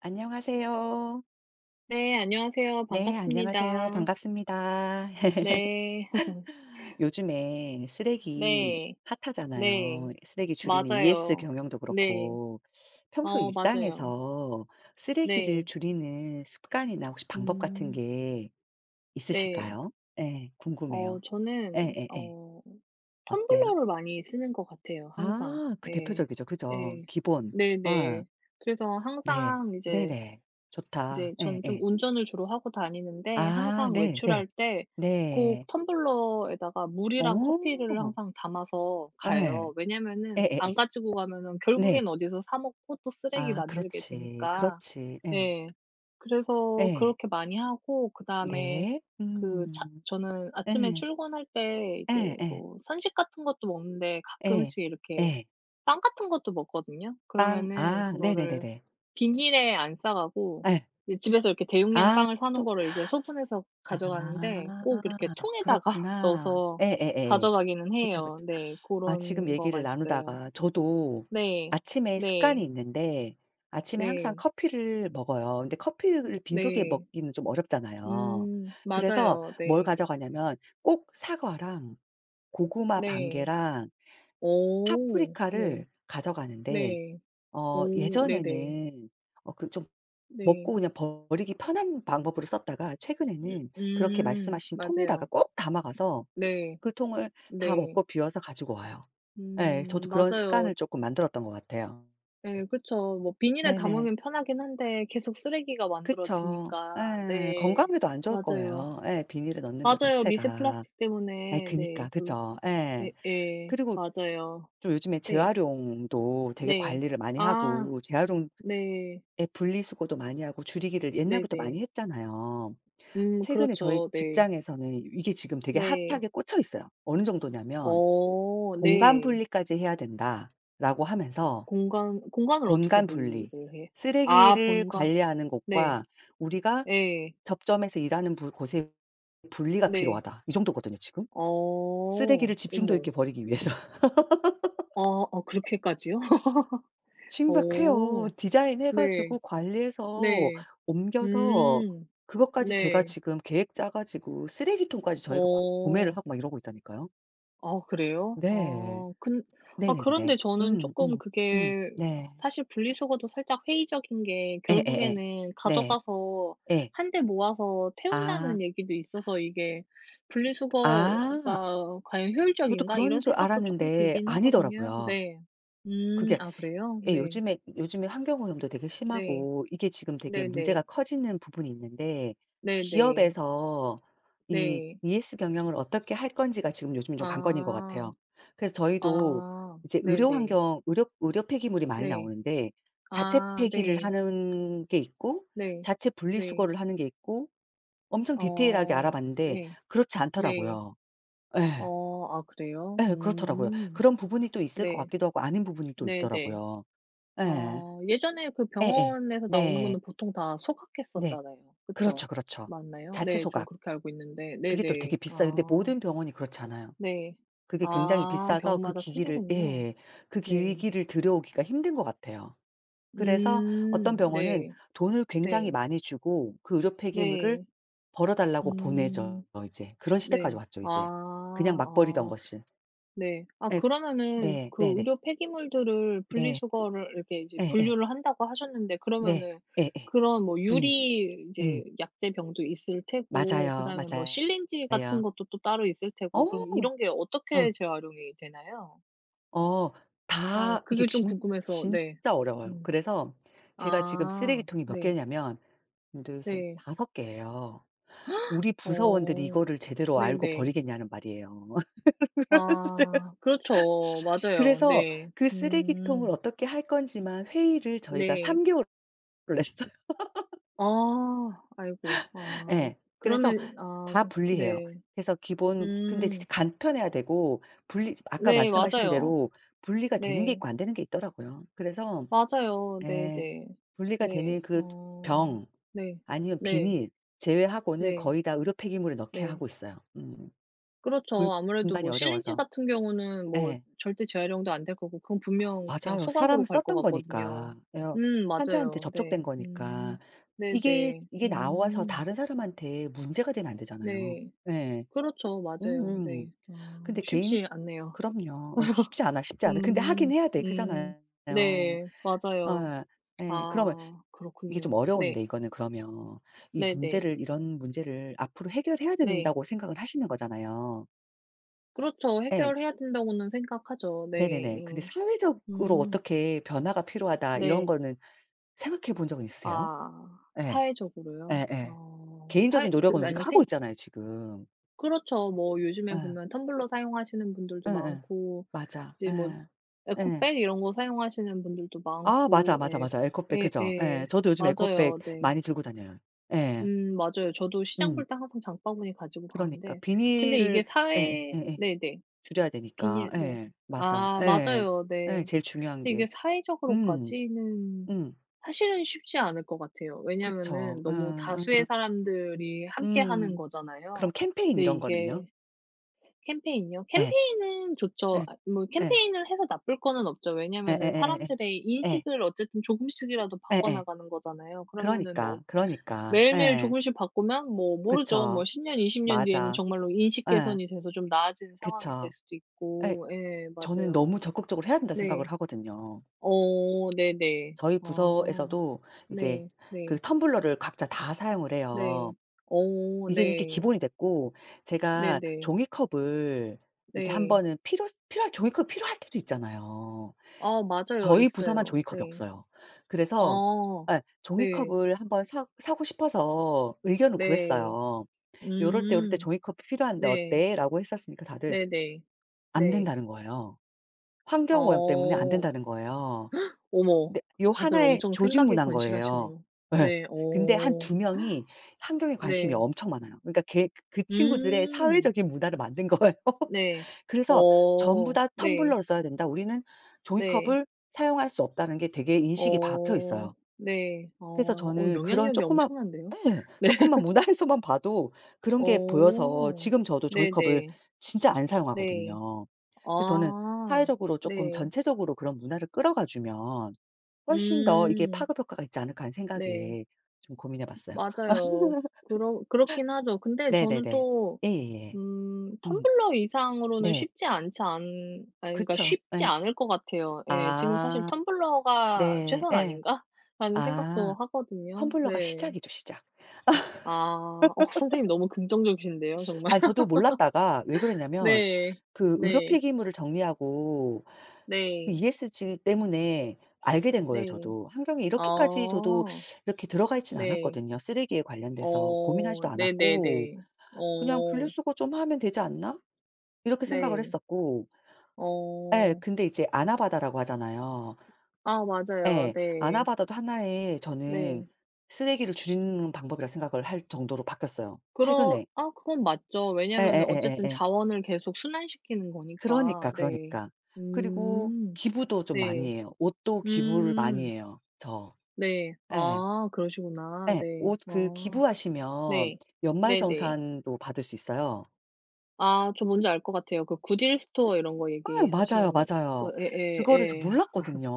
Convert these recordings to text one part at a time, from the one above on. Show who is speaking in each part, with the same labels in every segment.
Speaker 1: 안녕하세요.
Speaker 2: 네. 안녕하세요.
Speaker 1: 네, 안녕하세요.
Speaker 2: 반갑습니다.
Speaker 1: 반갑습니다.
Speaker 2: 네.
Speaker 1: 요즘에 쓰레기
Speaker 2: 네. 네.
Speaker 1: 핫하잖아요. 쓰레기 줄이는 ES
Speaker 2: 맞아요.
Speaker 1: 경영도
Speaker 2: 네.
Speaker 1: 그렇고 평소
Speaker 2: 어 맞아요.
Speaker 1: 일상에서 쓰레기를
Speaker 2: 네.
Speaker 1: 줄이는 습관이나 혹시 방법 같은
Speaker 2: 음.
Speaker 1: 게
Speaker 2: 네.
Speaker 1: 있으실까요? 예,
Speaker 2: 어
Speaker 1: 궁금해요.
Speaker 2: 저는
Speaker 1: 예예예.
Speaker 2: 어
Speaker 1: 어때요?
Speaker 2: 텀블러를 많이 쓰는 것 같아요, 항상.
Speaker 1: 아, 그
Speaker 2: 예.
Speaker 1: 대표적이죠. 그죠.
Speaker 2: 예.
Speaker 1: 기본. 어.
Speaker 2: 네네. 그래서
Speaker 1: 네.
Speaker 2: 항상 이제
Speaker 1: 네네. 좋다.
Speaker 2: 이제 전 좀
Speaker 1: 예예.
Speaker 2: 운전을 주로 하고 다니는데,
Speaker 1: 아,
Speaker 2: 항상
Speaker 1: 네네. 네.
Speaker 2: 외출할 때 꼭
Speaker 1: 네.
Speaker 2: 텀블러에다가 물이랑 커피를
Speaker 1: 어.
Speaker 2: 항상 담아서 가요.
Speaker 1: 예.
Speaker 2: 왜냐면은
Speaker 1: 예예예.
Speaker 2: 안 가지고 가면은 결국엔
Speaker 1: 네.
Speaker 2: 어디서 사 먹고 또 쓰레기
Speaker 1: 아,
Speaker 2: 만들게
Speaker 1: 그렇지.
Speaker 2: 되니까.
Speaker 1: 그렇지. 예.
Speaker 2: 예. 그래서
Speaker 1: 예.
Speaker 2: 그렇게 많이 하고, 그다음에
Speaker 1: 네.
Speaker 2: 그 차
Speaker 1: 음.
Speaker 2: 저는 아침에
Speaker 1: 예.
Speaker 2: 출근할 때 이제
Speaker 1: 예예.
Speaker 2: 뭐 선식 같은 것도 먹는데,
Speaker 1: 예.
Speaker 2: 가끔씩
Speaker 1: 예.
Speaker 2: 이렇게
Speaker 1: 예.
Speaker 2: 빵 같은 것도 먹거든요.
Speaker 1: 빵.
Speaker 2: 그러면은
Speaker 1: 아,
Speaker 2: 그거를
Speaker 1: 네네네네.
Speaker 2: 비닐에 안 싸 가고
Speaker 1: 예.
Speaker 2: 이제 집에서 이렇게 대용량
Speaker 1: 아
Speaker 2: 빵을 사 놓은
Speaker 1: 또
Speaker 2: 거를 이제 소분해서 가져가는데, 꼭 이렇게
Speaker 1: 아,
Speaker 2: 통에다가
Speaker 1: 그렇구나.
Speaker 2: 넣어서
Speaker 1: 에, 에, 에.
Speaker 2: 가져가기는
Speaker 1: 그쵸, 그쵸.
Speaker 2: 해요. 네. 그
Speaker 1: 아, 지금
Speaker 2: 런 거가
Speaker 1: 얘기를
Speaker 2: 있어요.
Speaker 1: 나누다가 저도
Speaker 2: 네.
Speaker 1: 아침에
Speaker 2: 네.
Speaker 1: 습관이 있는데, 아침에 항상
Speaker 2: 네.
Speaker 1: 커피를 먹어요. 근데 커피를 빈속에
Speaker 2: 네.
Speaker 1: 먹기는 좀 어렵잖아요.
Speaker 2: 음.
Speaker 1: 그래서
Speaker 2: 맞아요.
Speaker 1: 뭘
Speaker 2: 네.
Speaker 1: 가져가냐면 꼭 사과랑 고구마 반
Speaker 2: 네.
Speaker 1: 개랑
Speaker 2: 오, 네.
Speaker 1: 파프리카를 가져가는데
Speaker 2: 네. 오, 네네. 네.
Speaker 1: 예전에는 그 좀
Speaker 2: 네.
Speaker 1: 먹고 그냥 버리기 편한 방법으로 썼다가,
Speaker 2: 음
Speaker 1: 최근에는 그렇게
Speaker 2: 음.
Speaker 1: 말씀하신 통에다가
Speaker 2: 맞아요.
Speaker 1: 꼭 담아 가서
Speaker 2: 네.
Speaker 1: 그 통을 다
Speaker 2: 네.
Speaker 1: 먹고 비워서 가지고 와요. 예. 저도 그런
Speaker 2: 맞아요.
Speaker 1: 습관을 조금 만들었던 것 같아요.
Speaker 2: 예, 그쵸. 뭐 비닐에
Speaker 1: 네네.
Speaker 2: 담으면 편하긴 한데 계속 쓰레기가
Speaker 1: 그쵸.
Speaker 2: 만들어지니까.
Speaker 1: 예.
Speaker 2: 네.
Speaker 1: 건강에도 안 좋을
Speaker 2: 맞아요.
Speaker 1: 거예요. 예. 비닐에 넣는 것
Speaker 2: 맞아요. 미세
Speaker 1: 자체가.
Speaker 2: 플라스틱
Speaker 1: 예,
Speaker 2: 때문에 네,
Speaker 1: 그니까.
Speaker 2: 별로.
Speaker 1: 그죠. 예.
Speaker 2: 예예.
Speaker 1: 그리고
Speaker 2: 맞아요.
Speaker 1: 좀 요즘에
Speaker 2: 네.
Speaker 1: 재활용도 되게
Speaker 2: 네.
Speaker 1: 관리를 많이
Speaker 2: 아,
Speaker 1: 하고, 재활용
Speaker 2: 네.
Speaker 1: 예 분리수거도 많이 하고 줄이기를 옛날부터
Speaker 2: 네네.
Speaker 1: 많이 했잖아요.
Speaker 2: 음,
Speaker 1: 최근에 저희
Speaker 2: 그렇죠. 네.
Speaker 1: 직장에서는 이게 지금 되게
Speaker 2: 네.
Speaker 1: 핫하게 꽂혀 있어요. 어느 정도냐면
Speaker 2: 어,
Speaker 1: "공간
Speaker 2: 네.
Speaker 1: 분리까지 해야 된다."라고 하면서
Speaker 2: 공간을 어떻게
Speaker 1: 공간
Speaker 2: 분리를
Speaker 1: 분리,
Speaker 2: 해. 아,
Speaker 1: 쓰레기를
Speaker 2: 본가.
Speaker 1: 관리하는
Speaker 2: 네.
Speaker 1: 곳과 우리가
Speaker 2: 예.
Speaker 1: 접점에서 일하는 부 곳의 분리가
Speaker 2: 네.
Speaker 1: 필요하다. 이 정도거든요 지금.
Speaker 2: 어.
Speaker 1: 쓰레기를 집중도
Speaker 2: 어머.
Speaker 1: 있게 버리기 위해서.
Speaker 2: 아, 아 그렇게까지요?
Speaker 1: 신박해요.
Speaker 2: 오.
Speaker 1: 디자인해
Speaker 2: 네.
Speaker 1: 가지고 관리해서
Speaker 2: 네.
Speaker 1: 옮겨서
Speaker 2: 음.
Speaker 1: 그것까지 제가
Speaker 2: 네.
Speaker 1: 지금 계획 짜 가지고 쓰레기통까지 저희가 구 구매를
Speaker 2: 어.
Speaker 1: 하고 막 이러고 있다니까요.
Speaker 2: 아, 그래요?
Speaker 1: 네.
Speaker 2: 아 근 아,
Speaker 1: 네네네네.
Speaker 2: 그런데 저는
Speaker 1: 음
Speaker 2: 조금
Speaker 1: 음 음.
Speaker 2: 그게
Speaker 1: 네.
Speaker 2: 사실 분리수거도 살짝 회의적인 게,
Speaker 1: 에, 에, 예.
Speaker 2: 결국에는
Speaker 1: 네.
Speaker 2: 가져가서
Speaker 1: 에.
Speaker 2: 한 대 모아서
Speaker 1: 아.
Speaker 2: 태운다는 얘기도 있어서, 이게
Speaker 1: 아,
Speaker 2: '분리수거가 과연
Speaker 1: 저도
Speaker 2: 효율적인가?'
Speaker 1: 그런
Speaker 2: 이런
Speaker 1: 줄
Speaker 2: 생각도 조금
Speaker 1: 알았는데
Speaker 2: 들긴 하거든요.
Speaker 1: 아니더라고요.
Speaker 2: 네. 음.
Speaker 1: 그게
Speaker 2: 아, 그래요?
Speaker 1: 예
Speaker 2: 네.
Speaker 1: 요즘에 환경오염도 되게
Speaker 2: 네.
Speaker 1: 심하고, 이게 지금 되게
Speaker 2: 네네.
Speaker 1: 문제가 커지는 부분이 있는데,
Speaker 2: 네네.
Speaker 1: 기업에서 이
Speaker 2: 네.
Speaker 1: ES 경영을 어떻게 할 건지가 지금 요즘 좀 관건인 것
Speaker 2: 아.
Speaker 1: 같아요. 그래서 저희도
Speaker 2: 아.
Speaker 1: 이제 의료
Speaker 2: 네네.
Speaker 1: 환경 의료 의료 폐기물이 많이
Speaker 2: 네.
Speaker 1: 나오는데 자체
Speaker 2: 아
Speaker 1: 폐기를
Speaker 2: 네.
Speaker 1: 하는 게 있고
Speaker 2: 네.
Speaker 1: 자체
Speaker 2: 네.
Speaker 1: 분리수거를 하는 게 있고 엄청 디테일하게
Speaker 2: 어.
Speaker 1: 알아봤는데
Speaker 2: 네.
Speaker 1: 그렇지
Speaker 2: 네.
Speaker 1: 않더라고요. 예.
Speaker 2: 어, 아 그래요?
Speaker 1: 예, 그렇더라고요.
Speaker 2: 음.
Speaker 1: 그런 부분이 또 있을 것
Speaker 2: 네.
Speaker 1: 같기도 하고 아닌 부분이 또
Speaker 2: 네네.
Speaker 1: 있더라고요. 예.
Speaker 2: 아, 예전에 그
Speaker 1: 예예.
Speaker 2: 병원에서 나오는
Speaker 1: 네.
Speaker 2: 거는 보통 다
Speaker 1: 네.
Speaker 2: 소각했었잖아요. 그쵸?
Speaker 1: 그렇죠, 그렇죠.
Speaker 2: 맞나요?
Speaker 1: 자체
Speaker 2: 네. 전
Speaker 1: 소각.
Speaker 2: 그렇게 알고 있는데.
Speaker 1: 그게 또
Speaker 2: 네네.
Speaker 1: 되게 비싸요. 근데
Speaker 2: 아.
Speaker 1: 모든 병원이 그렇지 않아요.
Speaker 2: 네.
Speaker 1: 그게 굉장히
Speaker 2: 아,
Speaker 1: 비싸서 그
Speaker 2: 병원마다
Speaker 1: 기기를
Speaker 2: 틀리군요.
Speaker 1: 예예. 그
Speaker 2: 네.
Speaker 1: 기기를 들여오기가 힘든 것 같아요. 그래서 어떤
Speaker 2: 음.
Speaker 1: 병원은
Speaker 2: 네.
Speaker 1: 돈을 굉장히
Speaker 2: 네.
Speaker 1: 많이 주고 그 의료
Speaker 2: 네.
Speaker 1: 폐기물을
Speaker 2: 네.
Speaker 1: 버려 달라고 보내죠
Speaker 2: 음.
Speaker 1: 이제. 그런 시대까지
Speaker 2: 네.
Speaker 1: 왔죠
Speaker 2: 아.
Speaker 1: 이제. 그냥 막 버리던
Speaker 2: 아.
Speaker 1: 것을.
Speaker 2: 네. 아,
Speaker 1: 예.
Speaker 2: 그러면은
Speaker 1: 네.
Speaker 2: 그
Speaker 1: 네네.
Speaker 2: 의료 폐기물들을
Speaker 1: 네. 네.
Speaker 2: 분리수거를 이렇게 이제
Speaker 1: 예예.
Speaker 2: 분류를 한다고 하셨는데,
Speaker 1: 네.
Speaker 2: 그러면은
Speaker 1: 예예.
Speaker 2: 그런 뭐
Speaker 1: 음.
Speaker 2: 유리 이제
Speaker 1: 음.
Speaker 2: 약재 병도 있을 테고,
Speaker 1: 맞아요,
Speaker 2: 그다음에 뭐 실린지 같은
Speaker 1: 맞아요.
Speaker 2: 것도 또 따로 있을
Speaker 1: 어.
Speaker 2: 테고, 그럼 이런 게
Speaker 1: 어.
Speaker 2: 어떻게 재활용이 되나요?
Speaker 1: 어.
Speaker 2: 어,
Speaker 1: 다 이게
Speaker 2: 그게 좀
Speaker 1: 진
Speaker 2: 궁금해서.
Speaker 1: 진짜
Speaker 2: 네.
Speaker 1: 어려워요.
Speaker 2: 음.
Speaker 1: 그래서 제가 지금
Speaker 2: 아.
Speaker 1: 쓰레기통이 몇
Speaker 2: 네.
Speaker 1: 개냐면 1, 2,
Speaker 2: 네.
Speaker 1: 다5 개예요. 우리 부서원들이
Speaker 2: 어.
Speaker 1: 이거를 제대로 알고
Speaker 2: 네네.
Speaker 1: 버리겠냐는 말이에요.
Speaker 2: 아, 그렇죠. 맞아요.
Speaker 1: 그래서
Speaker 2: 네.
Speaker 1: 그 쓰레기통을
Speaker 2: 음.
Speaker 1: 어떻게 할 건지만 회의를 저희가
Speaker 2: 네.
Speaker 1: 3 개월을 했어요.
Speaker 2: 아. 아이고. 아,
Speaker 1: 예. 그래서
Speaker 2: 그러면. 아,
Speaker 1: 다
Speaker 2: 그.
Speaker 1: 분리해요.
Speaker 2: 네.
Speaker 1: 그래서 기본. 근데 되게
Speaker 2: 음.
Speaker 1: 간편해야 되고 분리, 아까
Speaker 2: 네,
Speaker 1: 말씀하신
Speaker 2: 맞아요.
Speaker 1: 대로 분리가 되는 게
Speaker 2: 네.
Speaker 1: 있고 안 되는 게 있더라고요. 그래서
Speaker 2: 맞아요. 네네.
Speaker 1: 네.
Speaker 2: 네.
Speaker 1: 분리가
Speaker 2: 네.
Speaker 1: 되는 그
Speaker 2: 어,
Speaker 1: 병
Speaker 2: 네.
Speaker 1: 아니면
Speaker 2: 네.
Speaker 1: 비닐 제외하고는
Speaker 2: 네.
Speaker 1: 거의 다 의료 폐기물에 넣게
Speaker 2: 네.
Speaker 1: 하고 있어요. 음.
Speaker 2: 그렇죠.
Speaker 1: 불
Speaker 2: 아무래도
Speaker 1: 분간이
Speaker 2: 뭐 실린지
Speaker 1: 어려워서.
Speaker 2: 같은 경우는 뭐
Speaker 1: 예.
Speaker 2: 절대 재활용도 안 될 거고, 그건 분명 그냥
Speaker 1: 맞아요. 사
Speaker 2: 소각으로
Speaker 1: 람
Speaker 2: 갈 것
Speaker 1: 썼던 거니까.
Speaker 2: 같거든요.
Speaker 1: 여
Speaker 2: 음,
Speaker 1: 환자한테
Speaker 2: 맞아요. 네.
Speaker 1: 접촉된 거니까.
Speaker 2: 음.
Speaker 1: 이게
Speaker 2: 네네.
Speaker 1: 이게 나와서
Speaker 2: 음.
Speaker 1: 다른 사람한테 문제가 되면 안 되잖아요.
Speaker 2: 네.
Speaker 1: 예.
Speaker 2: 그렇죠. 맞아요. 네.
Speaker 1: 음음.
Speaker 2: 아,
Speaker 1: 근데 개인
Speaker 2: 쉽지 않네요.
Speaker 1: 그럼요. 어, 쉽지 않아. 근데
Speaker 2: 음.
Speaker 1: 하긴 해야 돼.
Speaker 2: 음.
Speaker 1: 그잖아요.
Speaker 2: 네. 맞아요.
Speaker 1: 어. 예. 그럼
Speaker 2: 아,
Speaker 1: 이게 좀
Speaker 2: 그렇군요. 네.
Speaker 1: 어려운데, 이거는 그러면 이
Speaker 2: 네네.
Speaker 1: 문제를 이런 문제를 앞으로 해결해야
Speaker 2: 네.
Speaker 1: 된다고 생각을 하시는 거잖아요.
Speaker 2: 그렇죠.
Speaker 1: 예.
Speaker 2: 해결해야 된다고는 생각하죠. 네.
Speaker 1: 네네네. 근데
Speaker 2: 예.
Speaker 1: '사회적으로
Speaker 2: 음.
Speaker 1: 어떻게 변화가 필요하다.' 이런
Speaker 2: 네.
Speaker 1: 거는 생각해 본 적은 있으세요?
Speaker 2: 아,
Speaker 1: 예.
Speaker 2: 사회적으로요?
Speaker 1: 예예.
Speaker 2: 어 사회
Speaker 1: 개인적인
Speaker 2: 그
Speaker 1: 노력은
Speaker 2: 아니
Speaker 1: 우리가 하고
Speaker 2: 생
Speaker 1: 있잖아요 지금.
Speaker 2: 그렇죠. 뭐 요즘에
Speaker 1: 예.
Speaker 2: 보면 텀블러 사용하시는 분들도
Speaker 1: 예예.
Speaker 2: 많고,
Speaker 1: 맞아.
Speaker 2: 이제 뭐
Speaker 1: 예. 예.
Speaker 2: 에코백 이런 거 사용하시는 분들도
Speaker 1: 아,
Speaker 2: 많고. 예.
Speaker 1: 맞아. 에코백. 그죠.
Speaker 2: 예예.
Speaker 1: 예. 저도 요즘 에코백
Speaker 2: 맞아요. 네.
Speaker 1: 많이 들고 다녀요. 예.
Speaker 2: 음, 맞아요. 저도 시장
Speaker 1: 음.
Speaker 2: 볼 때 항상 장바구니 가지고
Speaker 1: 그러니까
Speaker 2: 가는데, 근데 이게
Speaker 1: 비닐을 예예
Speaker 2: 사회
Speaker 1: 예예
Speaker 2: 네네.
Speaker 1: 줄여야 되니까.
Speaker 2: 비닐. 네.
Speaker 1: 예. 맞아.
Speaker 2: 아,
Speaker 1: 예.
Speaker 2: 맞아요.
Speaker 1: 예.
Speaker 2: 네.
Speaker 1: 제일 중요한
Speaker 2: 근데
Speaker 1: 게.
Speaker 2: 이게
Speaker 1: 음.
Speaker 2: 사회적으로까지는
Speaker 1: 음.
Speaker 2: 사실은 쉽지 않을 것 같아요.
Speaker 1: 그쵸.
Speaker 2: 왜냐면은
Speaker 1: 예.
Speaker 2: 너무 다수의
Speaker 1: 예.
Speaker 2: 사람들이 함께 하는
Speaker 1: 음. 그럼
Speaker 2: 거잖아요.
Speaker 1: 캠페인
Speaker 2: 근데
Speaker 1: 이런 거는요?
Speaker 2: 이게 캠페인이요?
Speaker 1: 예.
Speaker 2: 캠페인은 좋죠.
Speaker 1: 예.
Speaker 2: 아, 뭐
Speaker 1: 예.
Speaker 2: 캠페인을 해서 나쁠 거는 없죠. 왜냐면은
Speaker 1: 예예예예예.
Speaker 2: 사람들의
Speaker 1: 예.
Speaker 2: 인식을 어쨌든 조금씩이라도 바꿔
Speaker 1: 예예.
Speaker 2: 나가는 거잖아요. 그러면은 뭐
Speaker 1: 그러니까, 그러니까.
Speaker 2: 매일매일
Speaker 1: 예.
Speaker 2: 조금씩 바꾸면 뭐 모르죠.
Speaker 1: 그쵸.
Speaker 2: 뭐 10 년, 20년 뒤에는
Speaker 1: 맞아.
Speaker 2: 정말로 인식
Speaker 1: 예.
Speaker 2: 개선이 돼서 좀 나아지는 상황이 될
Speaker 1: 그쵸.
Speaker 2: 수도
Speaker 1: 예.
Speaker 2: 있고. 예,
Speaker 1: 저는
Speaker 2: 맞아요.
Speaker 1: 너무 적극적으로 해야 된다 생각을
Speaker 2: 네.
Speaker 1: 하거든요.
Speaker 2: 어, 네네.
Speaker 1: 저희
Speaker 2: 아.
Speaker 1: 부서에서도 이제
Speaker 2: 네.
Speaker 1: 그
Speaker 2: 네.
Speaker 1: 텀블러를 각자 다 사용을 해요.
Speaker 2: 네. 어,
Speaker 1: 이젠 이게
Speaker 2: 네.
Speaker 1: 기본이 됐고 제가
Speaker 2: 네네.
Speaker 1: 종이컵을 이제 한
Speaker 2: 네.
Speaker 1: 번은 필요할 종이컵이 필요할 때도 있잖아요.
Speaker 2: 아, 맞아요.
Speaker 1: 저희 부서만
Speaker 2: 있어요.
Speaker 1: 종이컵이
Speaker 2: 네.
Speaker 1: 없어요. 그래서
Speaker 2: 아.
Speaker 1: 예
Speaker 2: 네.
Speaker 1: 종이컵을 한번 사 사고 싶어서 의견을
Speaker 2: 네.
Speaker 1: 구했어요. "요럴 때
Speaker 2: 음.
Speaker 1: 종이컵이 필요한데
Speaker 2: 네.
Speaker 1: 어때?"라고 했었으니까 다들
Speaker 2: 네네.
Speaker 1: 안
Speaker 2: 네.
Speaker 1: 된다는 거예요. 환경오염 때문에 안
Speaker 2: 어.
Speaker 1: 된다는 거예요.
Speaker 2: 어머.
Speaker 1: 네. 요
Speaker 2: 다들
Speaker 1: 하나의
Speaker 2: 엄청
Speaker 1: 조직
Speaker 2: 생각이
Speaker 1: 문화인 거예요.
Speaker 2: 건실하시네요.
Speaker 1: 예.
Speaker 2: 네.
Speaker 1: 근데 한
Speaker 2: 어.
Speaker 1: 두 명이 환경에 관심이
Speaker 2: 네.
Speaker 1: 엄청 많아요. 그러니까 걔 그 친구들의
Speaker 2: 음.
Speaker 1: 사회적인 문화를 만든 거예요.
Speaker 2: 네.
Speaker 1: 그래서 "전부
Speaker 2: 어.
Speaker 1: 다
Speaker 2: 네.
Speaker 1: 텀블러를 써야 된다. 우리는
Speaker 2: 네.
Speaker 1: 종이컵을 사용할 수 없다."는 게 되게 인식이 박혀
Speaker 2: 어.
Speaker 1: 있어요.
Speaker 2: 네.
Speaker 1: 그래서
Speaker 2: 어, 어
Speaker 1: 저는 그런
Speaker 2: 영향력이
Speaker 1: 조그만
Speaker 2: 엄청난데요.
Speaker 1: 예.
Speaker 2: 네.
Speaker 1: 조금만 문화에서만 봐도 그런 게 보여서
Speaker 2: 어.
Speaker 1: 지금 저도 종이컵을
Speaker 2: 네네.
Speaker 1: 진짜 안
Speaker 2: 네.
Speaker 1: 사용하거든요. 그래서 저는
Speaker 2: 아.
Speaker 1: 사회적으로 조금
Speaker 2: 네.
Speaker 1: 전체적으로 그런 문화를 끌어가 주면 훨씬 더 이게
Speaker 2: 음.
Speaker 1: '파급 효과가 있지 않을까.' 하는
Speaker 2: 네.
Speaker 1: 생각에 좀 고민해 봤어요.
Speaker 2: 맞아요. 그러 그렇긴 하죠. 근데 저는
Speaker 1: 네네네.
Speaker 2: 또
Speaker 1: 예예예. 음
Speaker 2: 텀블러 이상으로는
Speaker 1: 네.
Speaker 2: 쉽지 않지 않 아니 그러니까
Speaker 1: 그쵸.
Speaker 2: 쉽지
Speaker 1: 예.
Speaker 2: 않을 것 같아요. 예. 지금 사실
Speaker 1: 아
Speaker 2: '텀블러가
Speaker 1: 네.
Speaker 2: 최선
Speaker 1: 예.
Speaker 2: 아닌가?'라는 생각도
Speaker 1: 아,
Speaker 2: 하거든요.
Speaker 1: 텀블러가
Speaker 2: 네.
Speaker 1: 시작이죠, 시작.
Speaker 2: 아. 어 선생님 너무 긍정적이신데요, 정말.
Speaker 1: 아니 저도 몰랐다가 왜 그러냐면
Speaker 2: 네.
Speaker 1: 그 의료
Speaker 2: 네.
Speaker 1: 폐기물을 정리하고 그
Speaker 2: 네.
Speaker 1: ESG 때문에 알게 된 거예요,
Speaker 2: 네.
Speaker 1: 저도. 환경에 이렇게까지 저도
Speaker 2: 아.
Speaker 1: 이렇게 들어가 있진
Speaker 2: 네.
Speaker 1: 않았거든요. 쓰레기에 관련돼서
Speaker 2: 어.
Speaker 1: 고민하지도 않았고
Speaker 2: 네네네.
Speaker 1: 그냥
Speaker 2: 어.
Speaker 1: '분리수거 좀 하면 되지 않나?' 이렇게 생각을
Speaker 2: 네.
Speaker 1: 했었고 예.
Speaker 2: 어.
Speaker 1: 근데 이제 아나바다라고 하잖아요.
Speaker 2: 아, 맞아요.
Speaker 1: 예.
Speaker 2: 네.
Speaker 1: 아나바다도 하나의 저는
Speaker 2: 네.
Speaker 1: 쓰레기를 줄이는 방법이라 생각을 할 정도로 바뀌었어요
Speaker 2: 그러,
Speaker 1: 최근에.
Speaker 2: 아 그건 맞죠. 왜냐면은 어쨌든
Speaker 1: 예예예예예.
Speaker 2: 자원을 계속 순환시키는 거니까.
Speaker 1: 그러니까,
Speaker 2: 네.
Speaker 1: 그러니까. 그리고
Speaker 2: 음.
Speaker 1: 기부도 좀
Speaker 2: 네.
Speaker 1: 많이 해요. 옷도 기부를 많이
Speaker 2: 음.
Speaker 1: 해요 저.
Speaker 2: 네.
Speaker 1: 예.
Speaker 2: 아, 그러시구나.
Speaker 1: 예.
Speaker 2: 네.
Speaker 1: 옷 그
Speaker 2: 아.
Speaker 1: 기부하시면
Speaker 2: 네. 네네.
Speaker 1: 연말정산도 받을 수 있어요.
Speaker 2: 아, 저 뭔지 알 것 같아요. 그 구딜 스토어 이런 거
Speaker 1: 아 맞아요,
Speaker 2: 얘기하시는
Speaker 1: 맞아요.
Speaker 2: 거. 예예. 예.
Speaker 1: 그거를 저
Speaker 2: 예.
Speaker 1: 몰랐거든요.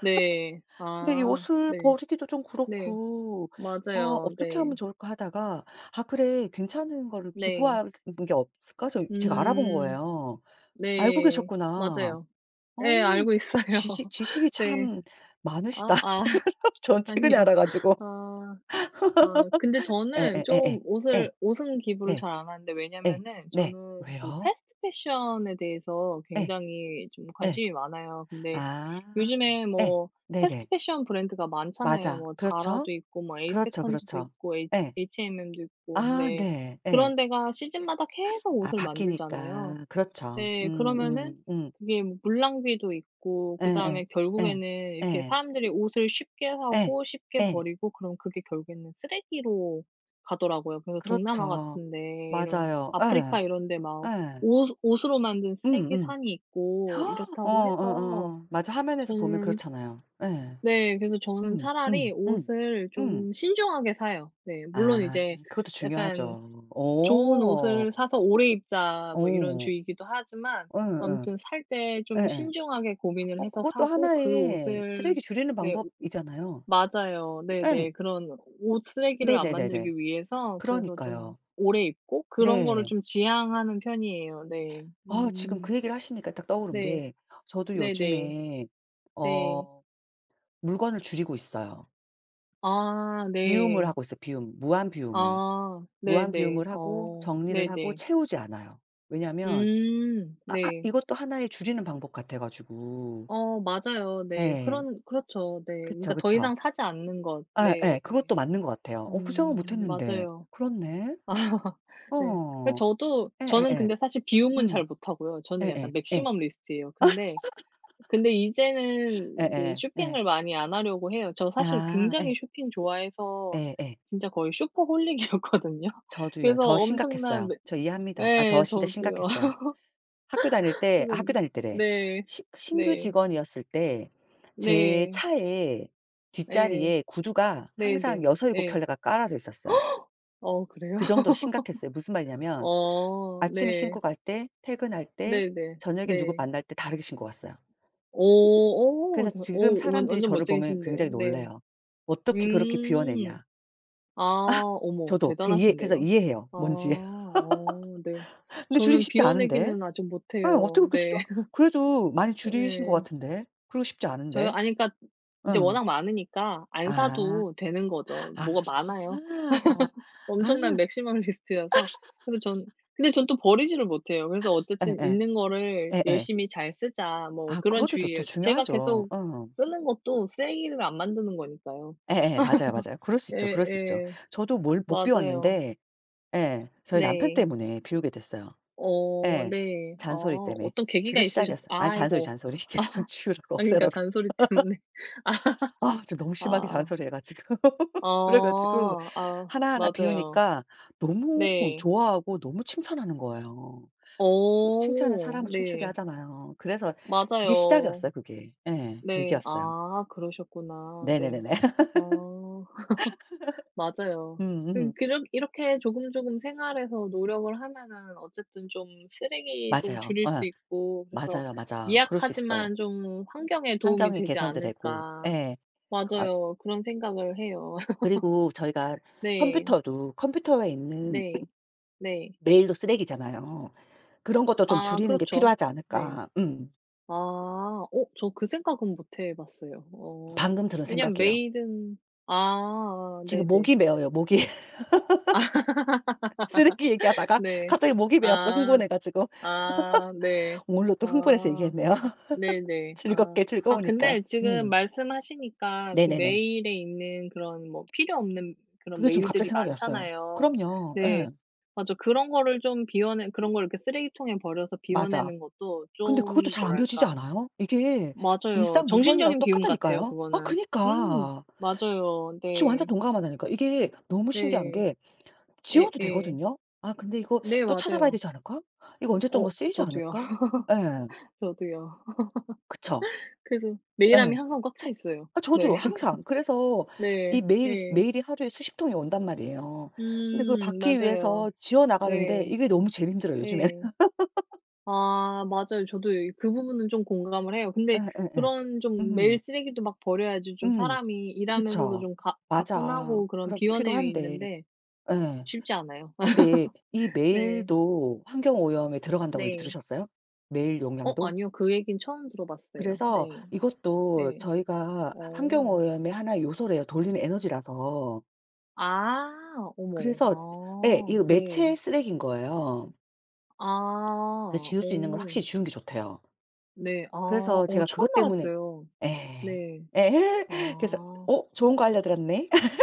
Speaker 2: 네.
Speaker 1: 근데 이
Speaker 2: 아,
Speaker 1: 옷을
Speaker 2: 네.
Speaker 1: 버리기도 좀
Speaker 2: 네.
Speaker 1: 그렇고 아
Speaker 2: 맞아요.
Speaker 1: 어떻게 하면
Speaker 2: 네.
Speaker 1: 좋을까 하다가 '아 그래, 괜찮은 거를
Speaker 2: 네.
Speaker 1: 기부하는 게 없을까?' 저, 제가 알아본
Speaker 2: 음.
Speaker 1: 거예요. '알고
Speaker 2: 네.
Speaker 1: 계셨구나.
Speaker 2: 맞아요.
Speaker 1: 어,
Speaker 2: 예. 알고 있어요.
Speaker 1: 지식이
Speaker 2: 네.
Speaker 1: 참 많으시다.'
Speaker 2: 아. 아
Speaker 1: 전 최근에
Speaker 2: 아니요.
Speaker 1: 알아 가지고.
Speaker 2: 아. 아, 근데
Speaker 1: 에
Speaker 2: 저는
Speaker 1: 에
Speaker 2: 좀
Speaker 1: 에 에
Speaker 2: 옷을, 옷은
Speaker 1: 네
Speaker 2: 기부를
Speaker 1: 네.
Speaker 2: 잘 안 하는데,
Speaker 1: 예.
Speaker 2: 왜냐면은
Speaker 1: 네.
Speaker 2: 저는 그
Speaker 1: "왜요?"
Speaker 2: 패스트 패션에 대해서
Speaker 1: 에
Speaker 2: 굉장히 좀
Speaker 1: 에
Speaker 2: 관심이 많아요. 근데
Speaker 1: "아.
Speaker 2: 요즘에
Speaker 1: 에
Speaker 2: 뭐 패스트
Speaker 1: 네네.
Speaker 2: 패션 브랜드가 많잖아요.
Speaker 1: 맞아.
Speaker 2: 뭐
Speaker 1: 그렇죠.
Speaker 2: 자라도 있고 뭐
Speaker 1: 그렇죠,
Speaker 2: 에이세컨즈도
Speaker 1: 그렇죠.
Speaker 2: 있고 H
Speaker 1: 에
Speaker 2: H&M도 있고.
Speaker 1: 아
Speaker 2: 근데
Speaker 1: 네. 에
Speaker 2: 그런 데가 시즌마다 계속
Speaker 1: 아,
Speaker 2: 옷을 만들잖아요.
Speaker 1: 바뀌니까. 그렇죠.
Speaker 2: 네. 그러면은 그게 뭐물 낭비도 있고,
Speaker 1: 예예.
Speaker 2: 그다음에
Speaker 1: 예.
Speaker 2: 결국에는
Speaker 1: 예.
Speaker 2: 이렇게
Speaker 1: 예.
Speaker 2: 사람들이 옷을 쉽게
Speaker 1: 예.
Speaker 2: 사고 쉽게
Speaker 1: 예.
Speaker 2: 버리고, 그럼 그게 결국에는 쓰레기로 가더라고요. 그래서 동남아
Speaker 1: 그렇죠.
Speaker 2: 같은 데 이런
Speaker 1: 맞아요. 예.
Speaker 2: 아프리카 이런 데 막
Speaker 1: 예.
Speaker 2: 옷 옷으로 만든 쓰레기
Speaker 1: 음음.
Speaker 2: 산이 있고
Speaker 1: 어
Speaker 2: 이렇다고 해서.
Speaker 1: 어어어. 맞아. 화면에서 보면
Speaker 2: 저는
Speaker 1: 그렇잖아요. 예.
Speaker 2: 네, 그래서 저는
Speaker 1: 음
Speaker 2: 차라리
Speaker 1: 음 음.
Speaker 2: 옷을
Speaker 1: 음.
Speaker 2: 좀 신중하게 사요. 네. 물론
Speaker 1: 아,
Speaker 2: 이제
Speaker 1: 그것도
Speaker 2: 약간
Speaker 1: 중요하죠.
Speaker 2: 좋은 옷을
Speaker 1: 어.
Speaker 2: 사서 오래 입자 뭐 이런
Speaker 1: 어.
Speaker 2: 주의이기도 하지만
Speaker 1: 예예.
Speaker 2: 아무튼 살 때 좀
Speaker 1: 예예.
Speaker 2: 신중하게 고민을
Speaker 1: 어,
Speaker 2: 해서
Speaker 1: 그것도
Speaker 2: 사고 그
Speaker 1: 하나의
Speaker 2: 옷을.
Speaker 1: 쓰레기 줄이는
Speaker 2: 네. 오.
Speaker 1: 방법이잖아요.
Speaker 2: 맞아요. 네네.
Speaker 1: 예.
Speaker 2: 그런 옷 쓰레기를 안
Speaker 1: 네네네네.
Speaker 2: 만들기 위해서, 그래서 좀
Speaker 1: 그러니까요.
Speaker 2: 오래 입고 그런 거를
Speaker 1: 네.
Speaker 2: 좀 지향하는 편이에요. 네.
Speaker 1: 아, 지금
Speaker 2: 음.
Speaker 1: 그 얘기를 하시니까 딱 떠오른
Speaker 2: 네.
Speaker 1: 게 저도
Speaker 2: 네네.
Speaker 1: 요즘에
Speaker 2: 네.
Speaker 1: 어 물건을 줄이고 있어요.
Speaker 2: 아,
Speaker 1: 비움을
Speaker 2: 네.
Speaker 1: 하고 있어요 비움. 무한 비움을.
Speaker 2: 아,
Speaker 1: 무한
Speaker 2: 네네.
Speaker 1: 비움을 하고
Speaker 2: 어,
Speaker 1: 정리를 하고
Speaker 2: 네네.
Speaker 1: 채우지 않아요. 왜냐하면
Speaker 2: 음.
Speaker 1: 아,
Speaker 2: 네.
Speaker 1: 이것도 하나의 줄이는 방법 같아 가지고.
Speaker 2: 어, 맞아요. 네.
Speaker 1: 예.
Speaker 2: 그런, 그렇죠. 네. 그러니까
Speaker 1: 그쵸,
Speaker 2: 더
Speaker 1: 그쵸.
Speaker 2: 이상 사지 않는 것.
Speaker 1: 아 예,
Speaker 2: 네, 예.
Speaker 1: 그것도 맞는 것 같아요. 어 그 생각 못
Speaker 2: 음,
Speaker 1: 했는데.
Speaker 2: 맞아요.
Speaker 1: 그렇네.
Speaker 2: 네. 근데
Speaker 1: 어.
Speaker 2: 저도, 저는
Speaker 1: 예예예.
Speaker 2: 근데 사실 비움은
Speaker 1: 음.
Speaker 2: 잘 못하고요. 저는 약간
Speaker 1: 예예. 예.
Speaker 2: 맥시멈 리스트예요. 근데 근데
Speaker 1: 예예.
Speaker 2: 이제는 이제
Speaker 1: 예. 예, 예.
Speaker 2: 쇼핑을 많이 안 하려고 해요. 저 사실
Speaker 1: 아. 예.
Speaker 2: 굉장히 쇼핑 좋아해서
Speaker 1: 예예.
Speaker 2: 진짜 거의 쇼퍼홀릭이었거든요.
Speaker 1: 저도요.
Speaker 2: 그래서
Speaker 1: 저
Speaker 2: 엄청난
Speaker 1: 심각했어요.
Speaker 2: 네,
Speaker 1: 저 이해합니다. 아
Speaker 2: 예
Speaker 1: 저 진짜
Speaker 2: 저도요.
Speaker 1: 심각했어요. 학교 다닐 때 아
Speaker 2: 그래서.
Speaker 1: 학교 다닐 때래.
Speaker 2: 네.
Speaker 1: 시 신규
Speaker 2: 네.
Speaker 1: 직원이었을 때 제
Speaker 2: 네.
Speaker 1: 차에
Speaker 2: 예,
Speaker 1: 뒷자리에 구두가
Speaker 2: 네
Speaker 1: 항상
Speaker 2: 네네.
Speaker 1: 6-7
Speaker 2: 예.
Speaker 1: 켤레가 깔아져 있었어요.
Speaker 2: 어, 그래요?
Speaker 1: 그 정도로 심각했어요. 무슨 말이냐면
Speaker 2: 어,
Speaker 1: 아침에
Speaker 2: 네.
Speaker 1: 신고 갈 때, 퇴근할 때,
Speaker 2: 네네.
Speaker 1: 저녁에 누구
Speaker 2: 네.
Speaker 1: 만날 때 다르게 신고 갔어요.
Speaker 2: 오. 오
Speaker 1: 그래서
Speaker 2: 대
Speaker 1: 지금
Speaker 2: 오 오면
Speaker 1: 사람들이
Speaker 2: 완전
Speaker 1: 저를 보면
Speaker 2: 멋쟁이신데요.
Speaker 1: 굉장히
Speaker 2: 네.
Speaker 1: 놀라요. "어떻게 그렇게
Speaker 2: 음.
Speaker 1: 비워내냐."
Speaker 2: 아,
Speaker 1: 아,
Speaker 2: 어머
Speaker 1: 저도 그 이해 그래서
Speaker 2: 대단하신데요.
Speaker 1: 이해해요,
Speaker 2: 아,
Speaker 1: 뭔지.
Speaker 2: 어 네.
Speaker 1: 근데 줄이기
Speaker 2: 저는
Speaker 1: 쉽지 않은데.
Speaker 2: 비워내기는 아직
Speaker 1: 예. 어떻게
Speaker 2: 못해요.
Speaker 1: 그렇게
Speaker 2: 네.
Speaker 1: 줄여. 그래도 많이 줄이신 것
Speaker 2: 네.
Speaker 1: 같은데. 그러고 싶지
Speaker 2: 저요,
Speaker 1: 않은데.
Speaker 2: 아니 그러니까 이제
Speaker 1: 응.
Speaker 2: 워낙 많으니까 안
Speaker 1: 아.
Speaker 2: 사도 되는 거죠.
Speaker 1: 아.
Speaker 2: 뭐가 많아요. 엄청난
Speaker 1: 아.
Speaker 2: 맥시멀리스트여서 그래서 전. 근데 전 또 버리지를 못해요. 그래서 어쨌든
Speaker 1: 예예.
Speaker 2: "있는 거를
Speaker 1: 예예.
Speaker 2: 열심히 잘 쓰자." 뭐
Speaker 1: 아
Speaker 2: 그런
Speaker 1: 그것도 좋죠.
Speaker 2: 주의예요. 제가
Speaker 1: 중요하죠.
Speaker 2: 계속
Speaker 1: 어.
Speaker 2: 쓰는 것도 쓰레기를 안 만드는 거니까요.
Speaker 1: 예예. 맞아요, 맞아요. 그럴 수 있죠, 그럴 수 있죠.
Speaker 2: 예예.
Speaker 1: 저도 뭘 못
Speaker 2: 맞아요.
Speaker 1: 비웠는데 예 저희 남편
Speaker 2: 네.
Speaker 1: 때문에 비우게 됐어요.
Speaker 2: 어,
Speaker 1: 예.
Speaker 2: 네. 아,
Speaker 1: 잔소리 때문에.
Speaker 2: 어떤 계기가
Speaker 1: 그게
Speaker 2: 있으셨어.
Speaker 1: 시작이었어요. 아니 잔소리,
Speaker 2: 아이고.
Speaker 1: 잔소리. 계속 치우라고
Speaker 2: 아, 그러니까
Speaker 1: 없애라고.
Speaker 2: 잔소리 때문에.
Speaker 1: 아 지금 너무
Speaker 2: 아.
Speaker 1: 심하게 잔소리해 가지고. 그래 가지고
Speaker 2: 아. 아,
Speaker 1: 하나하나
Speaker 2: 맞아요.
Speaker 1: 비우니까 너무
Speaker 2: 네.
Speaker 1: 좋아하고 너무 칭찬하는 거예요. 칭찬은
Speaker 2: 어,
Speaker 1: 사람을 춤추게
Speaker 2: 네.
Speaker 1: 하잖아요. 그래서 그게
Speaker 2: 맞아요.
Speaker 1: 시작이었어요 그게. 예.
Speaker 2: 네.
Speaker 1: 계기였어요.
Speaker 2: 아, 그러셨구나. 네.
Speaker 1: 네네네네.
Speaker 2: 어, 맞아요. 그
Speaker 1: 음음.
Speaker 2: 그렇 이렇게 조금조금 생활에서 노력을 하면은 어쨌든 좀 쓰레기도
Speaker 1: 맞아요.
Speaker 2: 줄일 수
Speaker 1: 어,
Speaker 2: 있고, 그래서
Speaker 1: 맞아. 그럴 수 있어.
Speaker 2: 미약하지만 좀 '환경에 도움이
Speaker 1: 환경이
Speaker 2: 되지
Speaker 1: 개선도 되고.
Speaker 2: 않을까.'
Speaker 1: 예. 아,
Speaker 2: 맞아요. 그런 생각을 해요.
Speaker 1: 그리고 저희가
Speaker 2: 네.
Speaker 1: 컴퓨터도 컴퓨터에 있는
Speaker 2: 네. 네.
Speaker 1: 메일도 쓰레기잖아요. 그런 것도 좀
Speaker 2: 아,
Speaker 1: 줄이는 게
Speaker 2: 그렇죠.
Speaker 1: 필요하지
Speaker 2: 네.
Speaker 1: 않을까. 음.
Speaker 2: 아. 어, 저 그 생각은 못해 봤어요. 어.
Speaker 1: 방금 들은
Speaker 2: 왜냐면
Speaker 1: 생각이에요.
Speaker 2: 메일은. 아,
Speaker 1: 지금
Speaker 2: 네네.
Speaker 1: 목이 메어요, 목이. 쓰레기 얘기하다가
Speaker 2: 네. 네. 네.
Speaker 1: 갑자기 목이 메었어,
Speaker 2: 아.
Speaker 1: 흥분해 가지고.
Speaker 2: 아, 네.
Speaker 1: 오늘로 또 흥분해서
Speaker 2: 아.
Speaker 1: 얘기했네요.
Speaker 2: 네네. 아.
Speaker 1: 즐겁게
Speaker 2: 아,
Speaker 1: 즐거우니까.
Speaker 2: 근데 지금
Speaker 1: 음.
Speaker 2: 말씀하시니까 그
Speaker 1: 네네네.
Speaker 2: 메일에 있는 그런 뭐 필요 없는 그런
Speaker 1: 그게 지금 갑자기
Speaker 2: 메일들이
Speaker 1: 생각이 났어요.
Speaker 2: 많잖아요.
Speaker 1: 그럼요.
Speaker 2: 네.
Speaker 1: 예.
Speaker 2: 맞아. 그런 거를 좀 비워내, 그런 걸 이렇게 쓰레기통에 버려서
Speaker 1: 맞아.
Speaker 2: 비워내는 것도
Speaker 1: 근데 그것도
Speaker 2: 좀
Speaker 1: 잘 안 비워지지
Speaker 2: 뭐랄까.
Speaker 1: 않아요? 이게
Speaker 2: 맞아요.
Speaker 1: 일상 물건이랑
Speaker 2: 정신적인 비움 같아요,
Speaker 1: 똑같다니까요. 아
Speaker 2: 그거는. 음,
Speaker 1: 그니까.
Speaker 2: 맞아요.
Speaker 1: 지금 완전
Speaker 2: 네.
Speaker 1: 동감하다니까. 이게 너무 신기한
Speaker 2: 네.
Speaker 1: 게 지워도
Speaker 2: 예예.
Speaker 1: 되거든요. '아 근데 이거
Speaker 2: 네,
Speaker 1: 또 찾아봐야
Speaker 2: 맞아요.
Speaker 1: 되지 않을까? 이거 언제 또
Speaker 2: 어,
Speaker 1: 뭐 쓰이지
Speaker 2: 저도요.
Speaker 1: 않을까?' 예.
Speaker 2: 저도요.
Speaker 1: 그쵸.
Speaker 2: 그래서 메일함이
Speaker 1: 예.
Speaker 2: 항상 꽉 차 있어요.
Speaker 1: 아
Speaker 2: 네.
Speaker 1: 저도 항상. 그래서
Speaker 2: 네.
Speaker 1: 이
Speaker 2: 예.
Speaker 1: 메일이 하루에 수십 통이 온단 말이에요. 근데 그걸
Speaker 2: 음,
Speaker 1: 받기
Speaker 2: 맞아요.
Speaker 1: 위해서 지어 나가는데
Speaker 2: 네.
Speaker 1: 이게 너무 제일 힘들어요, 요즘에는.
Speaker 2: 네, 아 맞아요. 저도 그 부분은 좀 공감을 해요. 근데
Speaker 1: 예예예.
Speaker 2: 그런 좀 매일
Speaker 1: 음.
Speaker 2: 쓰레기도 막 버려야지 좀
Speaker 1: 음.
Speaker 2: 사람이 일하면서도
Speaker 1: 그쵸.
Speaker 2: 좀 가,
Speaker 1: 맞아.
Speaker 2: 가뿐하고 그런
Speaker 1: 그러기
Speaker 2: 비워냄이
Speaker 1: 필요한데.
Speaker 2: 있는데
Speaker 1: 예.
Speaker 2: 쉽지 않아요.
Speaker 1: 근데 이
Speaker 2: 네.
Speaker 1: 메일도 환경 오염에 들어간다고 얘기
Speaker 2: 네.
Speaker 1: 들으셨어요? 메일
Speaker 2: 어,
Speaker 1: 용량도?
Speaker 2: 아니요. 그 얘기는 처음 들어봤어요.
Speaker 1: 그래서
Speaker 2: 네.
Speaker 1: 이것도
Speaker 2: 네.
Speaker 1: 저희가 환경
Speaker 2: 어.
Speaker 1: 오염의 하나의 요소래요, 돌리는 에너지라서.
Speaker 2: 아. 어머.
Speaker 1: 그래서 예.
Speaker 2: 아,
Speaker 1: 이거
Speaker 2: 네.
Speaker 1: 매체 쓰레기인 거예요. 그
Speaker 2: 아.
Speaker 1: 지울 수 있는 걸
Speaker 2: 오.
Speaker 1: 확실히 지우는 게 좋대요.
Speaker 2: 네. 아,
Speaker 1: 그래서
Speaker 2: 어
Speaker 1: 제가
Speaker 2: 처음
Speaker 1: 그것 때문에
Speaker 2: 알았어요.
Speaker 1: 예.
Speaker 2: 네.
Speaker 1: 예. 그래서
Speaker 2: 아.
Speaker 1: '어, 좋은 거 알려드렸네.'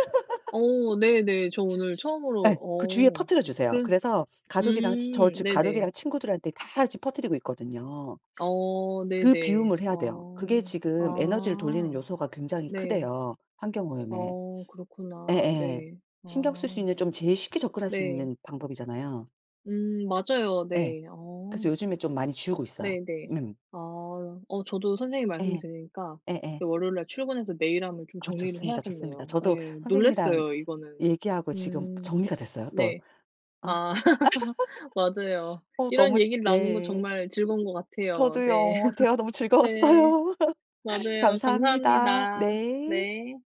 Speaker 2: 어, 네네. 저 오늘 처음으로
Speaker 1: 예. 그 주위에
Speaker 2: 어
Speaker 1: 퍼뜨려 주세요.
Speaker 2: 그랬
Speaker 1: 그래서 가족이랑 치 저 지금
Speaker 2: 네네.
Speaker 1: 가족이랑 친구들한테 다 지금 퍼뜨리고 있거든요.
Speaker 2: 어,
Speaker 1: 그
Speaker 2: 네네.
Speaker 1: 비움을 해야 돼요. 그게
Speaker 2: 어.
Speaker 1: 지금 에너지를 돌리는
Speaker 2: 아,
Speaker 1: 요소가 굉장히
Speaker 2: 네.
Speaker 1: 크대요, 환경오염에.
Speaker 2: 어, 그렇구나.
Speaker 1: 예예.
Speaker 2: 네.
Speaker 1: 신경 쓸 수
Speaker 2: 아,
Speaker 1: 있는 좀 제일 쉽게 접근할 수
Speaker 2: 네.
Speaker 1: 있는 방법이잖아요.
Speaker 2: 음, 맞아요.
Speaker 1: 예.
Speaker 2: 네.
Speaker 1: 그래서
Speaker 2: 어,
Speaker 1: 요즘에 좀 많이 지우고 있어요.
Speaker 2: 네네.
Speaker 1: 음.
Speaker 2: 아, 어 저도 선생님 말씀
Speaker 1: 예.
Speaker 2: 들으니까
Speaker 1: 예예.
Speaker 2: 이제 월요일 날 출근해서 메일함을 좀
Speaker 1: 아
Speaker 2: 정리를
Speaker 1: 좋습니다, 좋습니다.
Speaker 2: 해야겠네요.
Speaker 1: 저도
Speaker 2: 예.
Speaker 1: 선생님이랑
Speaker 2: 놀랐어요 이거는.
Speaker 1: 얘기하고 지금
Speaker 2: 음.
Speaker 1: 정리가 됐어요 또.
Speaker 2: 네.
Speaker 1: 아
Speaker 2: 아. 맞아요.
Speaker 1: 어
Speaker 2: 이런
Speaker 1: 너무.
Speaker 2: 얘기를 나누는 거
Speaker 1: 네.
Speaker 2: 정말 즐거운 것 같아요. 네.
Speaker 1: 저도요. 대화 너무
Speaker 2: 네.
Speaker 1: 즐거웠어요.
Speaker 2: 맞아요.
Speaker 1: 감사합니다.
Speaker 2: 감사합니다.
Speaker 1: 네.
Speaker 2: 네.